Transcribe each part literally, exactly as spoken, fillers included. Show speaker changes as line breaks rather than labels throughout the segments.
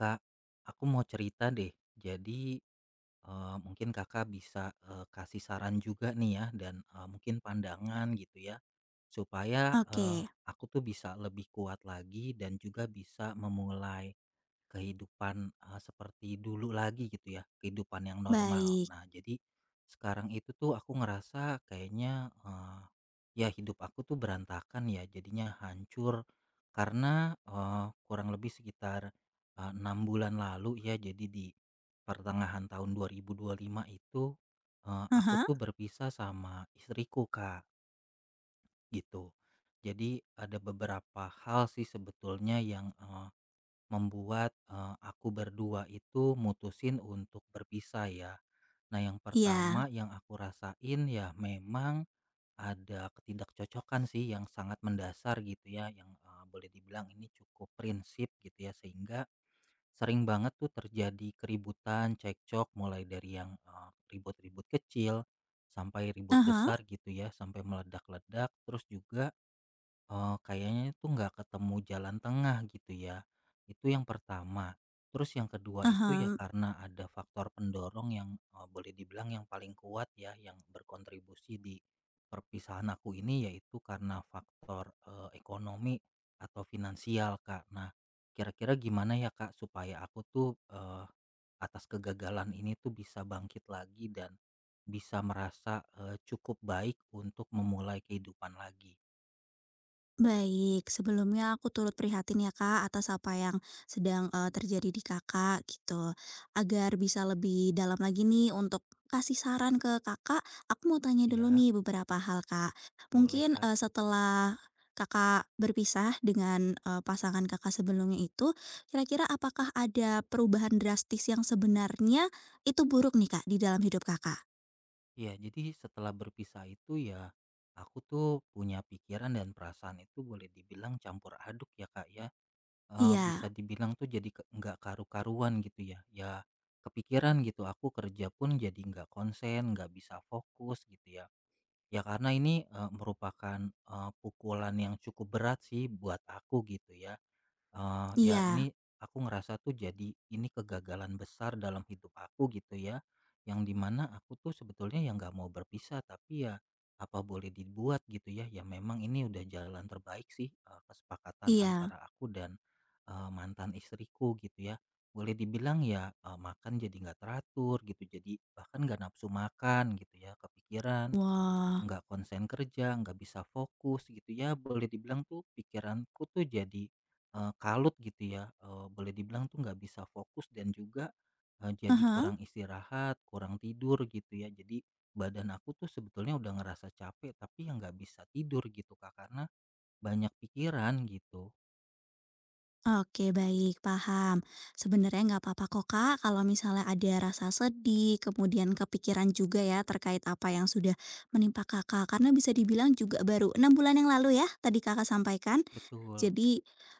Kak, aku mau cerita deh. Jadi, Eee, mungkin Kakak bisa, eee, kasih saran juga nih ya dan, eee, mungkin pandangan gitu ya, supaya,
Oke,
eee, aku tuh bisa lebih kuat lagi dan juga bisa memulai kehidupan, eee, seperti dulu lagi gitu ya, kehidupan yang normal.
baik.
Nah jadi sekarang itu tuh aku ngerasa kayaknya, eee, ya hidup aku tuh berantakan ya, jadinya hancur karena, eee, kurang lebih sekitar, eee, enam bulan lalu ya, jadi di pertengahan tahun dua ribu dua puluh lima itu, eee,
Aha,
aku
hah,
tuh berpisah sama istriku, Kak, gitu. Jadi ada beberapa hal sih sebetulnya yang, eee, membuat, eee, aku berdua itu mutusin untuk berpisah ya. Nah yang pertama
iya.
yang aku rasain ya memang ada ketidakcocokan sih yang sangat mendasar gitu ya yang, eee, boleh dibilang ini cukup prinsip gitu ya, sehingga sering banget tuh terjadi keributan, cekcok mulai dari yang, eee, ribut-ribut kecil sampai ribut
Aha, hah,
besar gitu ya, sampai meledak-ledak terus juga, Eee, kayaknya itu nggak ketemu jalan tengah gitu ya. Itu yang pertama. Terus yang kedua itu ya
ah.
karena ada faktor pendorong yang, eee, boleh dibilang yang paling kuat ya, yang berkontribusi di perpisahan aku ini, yaitu karena faktor, eee, ekonomi atau finansial, Kak. Nah, kira-kira gimana ya, Kak, supaya aku tuh, eee, atas kegagalan ini tuh bisa bangkit lagi dan bisa merasa, eee, cukup baik untuk memulai kehidupan lagi?
Baik, sebelumnya aku turut prihatin ya Kak atas apa yang sedang, eee, terjadi di Kakak gitu. Agar bisa lebih dalam lagi nih untuk kasih saran ke Kakak, aku mau tanya dulu
Ya.
nih beberapa hal Kak.
Boleh
Mungkin,
Kak.
eee, setelah Kakak berpisah dengan, eee, pasangan Kakak sebelumnya itu, kira-kira apakah ada perubahan drastis yang sebenarnya itu buruk nih Kak di dalam hidup Kakak?
Ya, jadi setelah berpisah itu ya aku tuh punya pikiran dan perasaan itu boleh dibilang campur aduk ya Kak ya. Eh, bisa
Iya.
dibilang tuh jadi ke- nggak karu-karuan gitu ya. Ya, kepikiran gitu, aku kerja pun jadi nggak konsen, nggak bisa fokus gitu ya. Ya karena ini eh, merupakan eh, pukulan yang cukup berat sih buat aku gitu ya. Eee, ya
Iya,
ini aku ngerasa tuh jadi ini kegagalan besar dalam hidup aku gitu ya, yang dimana aku tuh sebetulnya yang nggak mau berpisah, tapi ya apa boleh dibuat gitu ya, ya memang ini udah jalan terbaik sih, eee, kesepakatan antara
iya.
aku dan, eee, mantan istriku gitu ya. Boleh dibilang ya, eee, makan jadi nggak teratur gitu, jadi bahkan nggak nafsu makan gitu ya, kepikiran,
Wah,
nggak konsen kerja, nggak bisa fokus gitu ya. Boleh dibilang tuh pikiranku tuh jadi eh, kalut gitu ya. Eh, boleh dibilang tuh nggak bisa fokus dan juga eh,
ah
jadi
hah,
kurang istirahat, kurang tidur gitu ya. Jadi badan aku tuh sebetulnya udah ngerasa capek, tapi yang nggak bisa tidur gitu kak, karena banyak pikiran gitu.
oke baik, paham. Sebenarnya nggak apa-apa kok Kak, kalau misalnya ada rasa sedih, kemudian kepikiran juga ya terkait apa yang sudah menimpa Kakak, karena bisa dibilang juga baru enam bulan yang lalu ya, tadi Kakak sampaikan?
Betul.
Jadi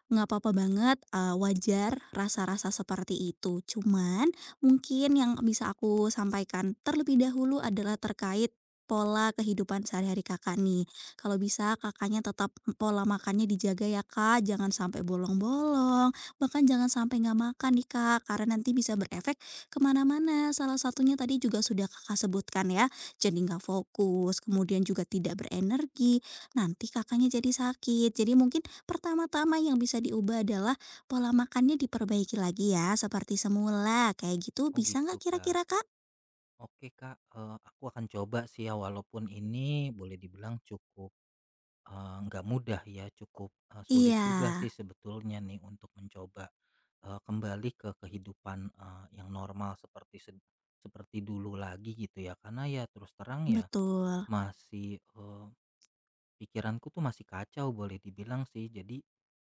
nggak apa-apa banget, eee, wajar rasa-rasa seperti itu. Cuman mungkin yang bisa aku sampaikan terlebih dahulu adalah terkait pola kehidupan sehari-hari Kakak nih. Kalau bisa Kakaknya tetap pola makannya dijaga ya, Kak, jangan sampai bolong-bolong, bahkan jangan sampai nggak makan nih, Kak, karena nanti bisa berefek kemana mana. Salah satunya tadi juga sudah Kakak sebutkan ya, jadi nggak fokus, kemudian juga tidak berenergi, nanti Kakaknya jadi sakit. Jadi mungkin pertama-tama yang bisa diubah adalah pola makannya diperbaiki lagi ya, seperti semula. Kayak gitu
Oh
bisa
gitu
nggak
kak.
kira-kira, Kak?
Oke kak. Eh, aku akan coba sih ya, walaupun ini boleh dibilang cukup Eee, nggak mudah ya, cukup, eee, sulit
Iya,
juga sih sebetulnya nih untuk mencoba, eee, kembali ke kehidupan, eee, yang normal seperti sed seperti dulu lagi gitu ya. Karena ya terus terang ya
betul.
masih, eee, pikiranku tuh masih kacau boleh dibilang sih. Jadi,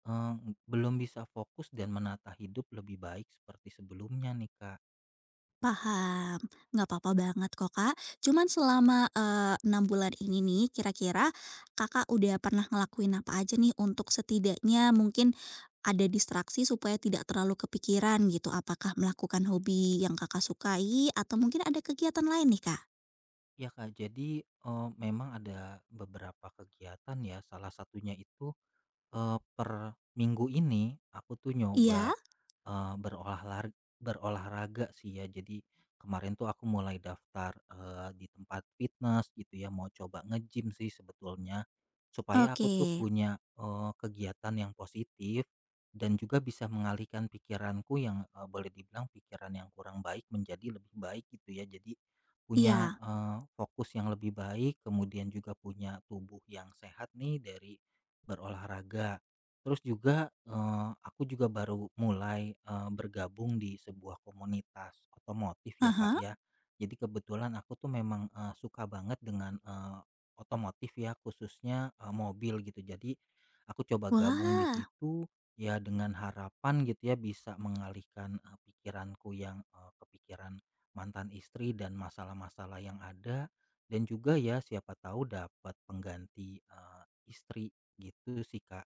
eee, belum bisa fokus dan menata hidup lebih baik seperti sebelumnya nih, Kak.
Paham. Nggak apa-apa banget kok, Kak. Cuman selama, eee, enam bulan ini nih, kira-kira Kakak udah pernah ngelakuin apa aja nih untuk setidaknya mungkin ada distraksi supaya tidak terlalu kepikiran gitu? Apakah melakukan hobi yang Kakak sukai atau mungkin ada kegiatan lain nih, Kak?
Ya, Kak, jadi, eee, memang ada beberapa kegiatan ya, salah satunya itu Eee, per minggu ini aku tuh nyoba,
Iya?
eee, berolahlar berolahraga sih ya. Jadi kemarin tuh aku mulai daftar, eee, di tempat fitness gitu ya, mau coba nge-gym sih sebetulnya. Supaya aku
Oke.
tuh punya, eee, kegiatan yang positif dan juga bisa mengalihkan pikiranku yang, eee, boleh dibilang pikiran yang kurang baik menjadi lebih baik gitu ya. Jadi punya,
Iya.
eee, fokus yang lebih baik, kemudian juga punya tubuh yang sehat nih dari berolahraga. Terus juga, eee, aku juga baru mulai, eee, bergabung di sebuah komunitas otomotif ya, Kak,
Ah.
ya. Jadi kebetulan aku tuh memang, eee, suka banget dengan, eee, otomotif ya, khususnya, eee, mobil gitu. Jadi aku coba gabung di
Wah,
situ, ya dengan harapan gitu ya bisa mengalihkan, eee, pikiranku yang, eee, kepikiran mantan istri dan masalah-masalah yang ada, dan juga ya siapa tahu dapat pengganti, eee, istri. Gitu sih, Kak.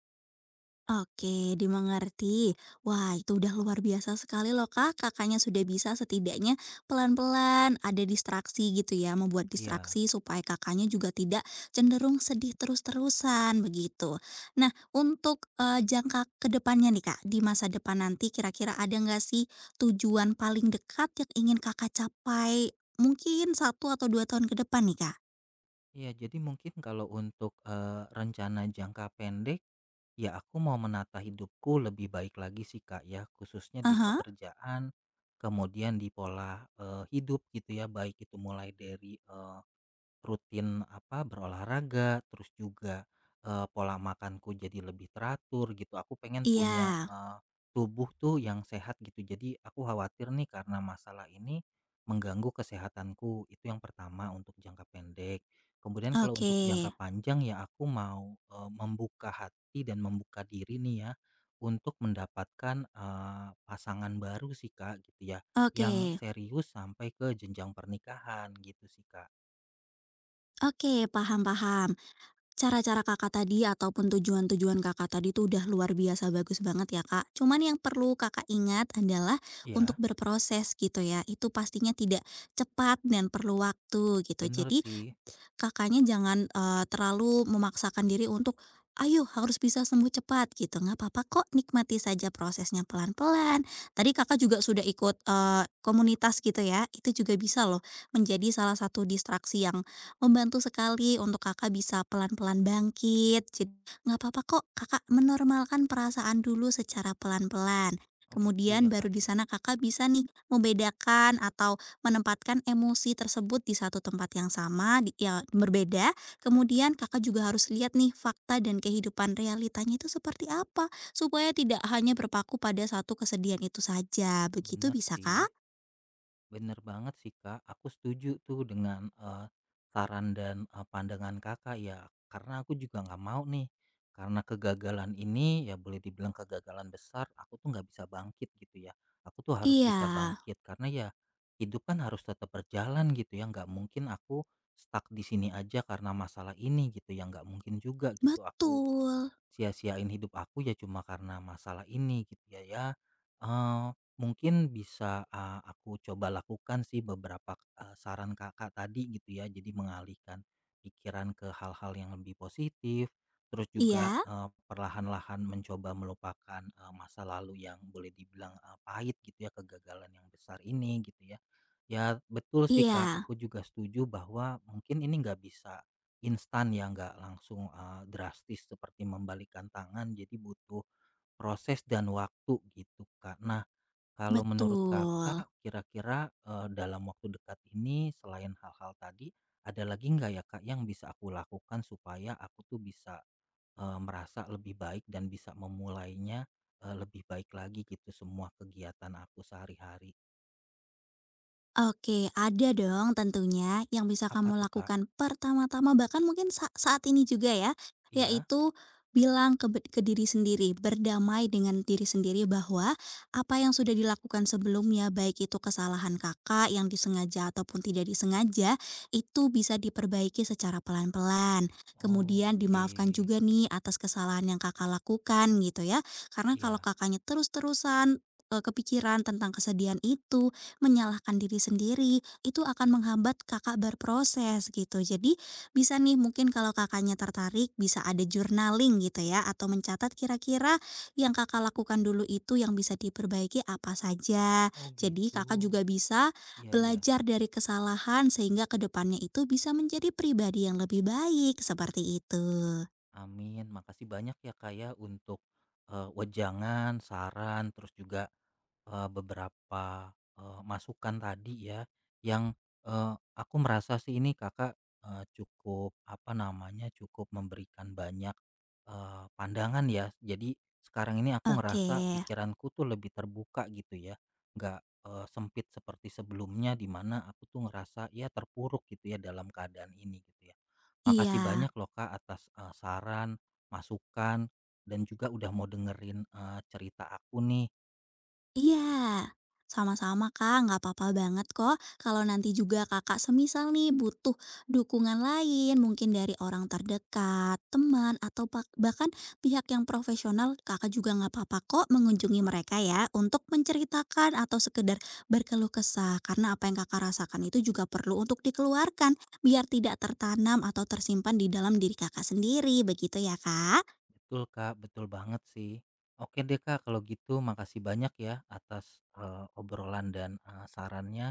oke, dimengerti. Wah, itu udah luar biasa sekali loh Kak, Kakaknya sudah bisa setidaknya pelan-pelan ada distraksi gitu ya, membuat
Iya,
distraksi supaya Kakaknya juga tidak cenderung sedih terus-terusan begitu. Nah, untuk, eee, jangka ke depannya nih Kak, di masa depan nanti kira-kira ada nggak sih tujuan paling dekat yang ingin Kakak capai mungkin satu atau dua tahun ke depan nih Kak?
iya, jadi mungkin kalau untuk, eee, rencana jangka pendek, ya aku mau menata hidupku lebih baik lagi sih, Kak, ya, khususnya di
Aha,
pekerjaan, kemudian di pola, eee, hidup gitu ya, baik itu mulai dari, rutin apa, berolahraga, terus juga, eee, pola makanku jadi lebih teratur gitu. Aku pengen punya,
iya,
eee, tubuh tuh yang sehat gitu. Jadi aku khawatir nih karena masalah ini mengganggu kesehatanku, itu yang pertama untuk jangka pendek. Kemudian kalau
oke,
untuk jangka panjang ya aku mau, eee, membuka hati dan membuka diri nih ya untuk mendapatkan, eee, pasangan baru sih, Kak, gitu ya, yang
oke.
serius sampai ke jenjang pernikahan gitu sih, Kak.
Oke, paham, paham. Cara-cara Kakak tadi ataupun tujuan-tujuan Kakak tadi tuh udah luar biasa bagus banget ya, Kak. Cuman yang perlu Kakak ingat adalah untuk
Ya,
berproses gitu ya. Itu pastinya tidak cepat dan perlu waktu gitu.
bener
Jadi
sih.
Kakaknya jangan, eee, terlalu memaksakan diri untuk, "Ayo harus bisa sembuh cepat," gitu, nggak apa-apa kok, nikmati saja prosesnya pelan-pelan. Tadi Kakak juga sudah ikut, eee, komunitas gitu ya, itu juga bisa loh menjadi salah satu distraksi yang membantu sekali untuk Kakak bisa pelan-pelan bangkit. Jad, nggak apa kok Kakak menormalkan perasaan dulu secara pelan-pelan,
Oh gitu
kemudian
ya
baru
Kak
di
ya.
sana Kakak bisa nih membedakan atau menempatkan emosi tersebut di satu tempat yang sama, di ya berbeda, kemudian Kakak juga harus lihat nih fakta dan kehidupan realitanya itu seperti apa, supaya tidak hanya berpaku pada satu kesedihan itu saja, begitu
Bener
bisa,
sih.
Kak?
Bener banget sih Kak. Aku setuju tuh dengan eh, saran dan eh, pandangan Kakak ya. Karena aku juga nggak mau nih. Karena kegagalan ini ya boleh dibilang kegagalan besar. Aku tuh nggak bisa bangkit gitu ya. Aku tuh harus
Iya,
bisa bangkit karena ya hidup kan harus tetap berjalan gitu ya. Nggak mungkin aku stuck di sini aja karena masalah ini gitu ya. Nggak mungkin juga gitu aku
betul.
sia-siain hidup aku ya cuma karena masalah ini gitu ya, ya, Eh, mungkin bisa ah, aku coba lakukan sih beberapa eh, saran kakak tadi gitu ya, jadi mengalihkan pikiran ke hal-hal yang lebih positif, terus juga
Iya,
eh, perlahan-lahan mencoba melupakan eh, masa lalu yang boleh dibilang eh, pahit gitu ya, kegagalan yang besar ini gitu ya, ya betul sih kak,
iya,
aku juga setuju bahwa mungkin ini nggak bisa instan ya, nggak langsung, eee, drastis seperti membalikkan tangan, jadi butuh proses dan waktu gitu, Kak. Nah, kalau menurut Kakak
betul.
kira-kira, eee, dalam waktu dekat ini selain hal-hal tadi, ada lagi nggak ya, Kak, yang bisa aku lakukan supaya aku tuh bisa, eee, merasa lebih baik dan bisa memulainya, eee, lebih baik lagi gitu semua kegiatan aku sehari-hari?
Oke, ada dong tentunya yang bisa
Apa
kamu
tuh, Kak?
lakukan pertama-tama bahkan mungkin sa saat ini juga ya,
Iya?
yaitu bilang ke be ke diri sendiri, berdamai dengan diri sendiri bahwa apa yang sudah dilakukan sebelumnya, baik itu kesalahan Kakak yang disengaja ataupun tidak disengaja, itu bisa diperbaiki secara pelan-pelan.
Oh,
Kemudian
oke.
dimaafkan juga nih atas kesalahan yang Kakak lakukan gitu ya, karena kalau
Iya.
Kakaknya terus-terusan, eee, kepikiran tentang kesedihan itu, menyalahkan diri sendiri, itu akan menghambat Kakak berproses gitu. Jadi bisa nih mungkin kalau Kakaknya tertarik bisa ada journaling gitu ya atau mencatat kira-kira yang Kakak lakukan dulu itu yang bisa diperbaiki apa saja.
Oh,
Jadi
gitu.
Kakak juga bisa
Iya iya.
belajar dari kesalahan sehingga ke depannya itu bisa menjadi pribadi yang lebih baik, seperti itu.
Amin. Makasih banyak ya Kak ya untuk, eee, wejangan, saran, terus juga, eee, beberapa, eee, masukan tadi ya yang, eee, aku merasa sih ini Kakak, eee, cukup apa namanya, cukup memberikan banyak, eee, pandangan ya. Jadi sekarang ini aku
Oke,
ngerasa pikiranku tuh lebih terbuka gitu ya, nggak, eee, sempit seperti sebelumnya di mana aku tuh ngerasa ya terpuruk gitu ya dalam keadaan ini gitu ya. Makasih
iya.
banyak loh Kak atas, eee, saran, masukan, dan juga udah mau dengerin, eee, cerita aku nih.
Iya, sama-sama Kak, nggak apa-apa banget kok kalau nanti juga Kakak semisal nih butuh dukungan lain, mungkin dari orang terdekat, teman, atau pak- bahkan pihak yang profesional, Kakak juga nggak apa-apa kok mengunjungi mereka ya untuk menceritakan atau sekedar berkeluh kesah, karena apa yang Kakak rasakan itu juga perlu untuk dikeluarkan, biar tidak tertanam atau tersimpan di dalam diri Kakak sendiri, begitu ya Kak?
Betul Kak, betul banget sih. Oke deh Kak kalau gitu makasih banyak ya atas, eee, obrolan dan, eee, sarannya.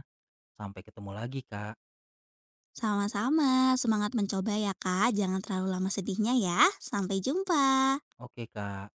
Sampai ketemu lagi Kak.
Sama-sama, semangat mencoba ya Kak. Jangan terlalu lama sedihnya ya. Sampai jumpa.
Oke Kak.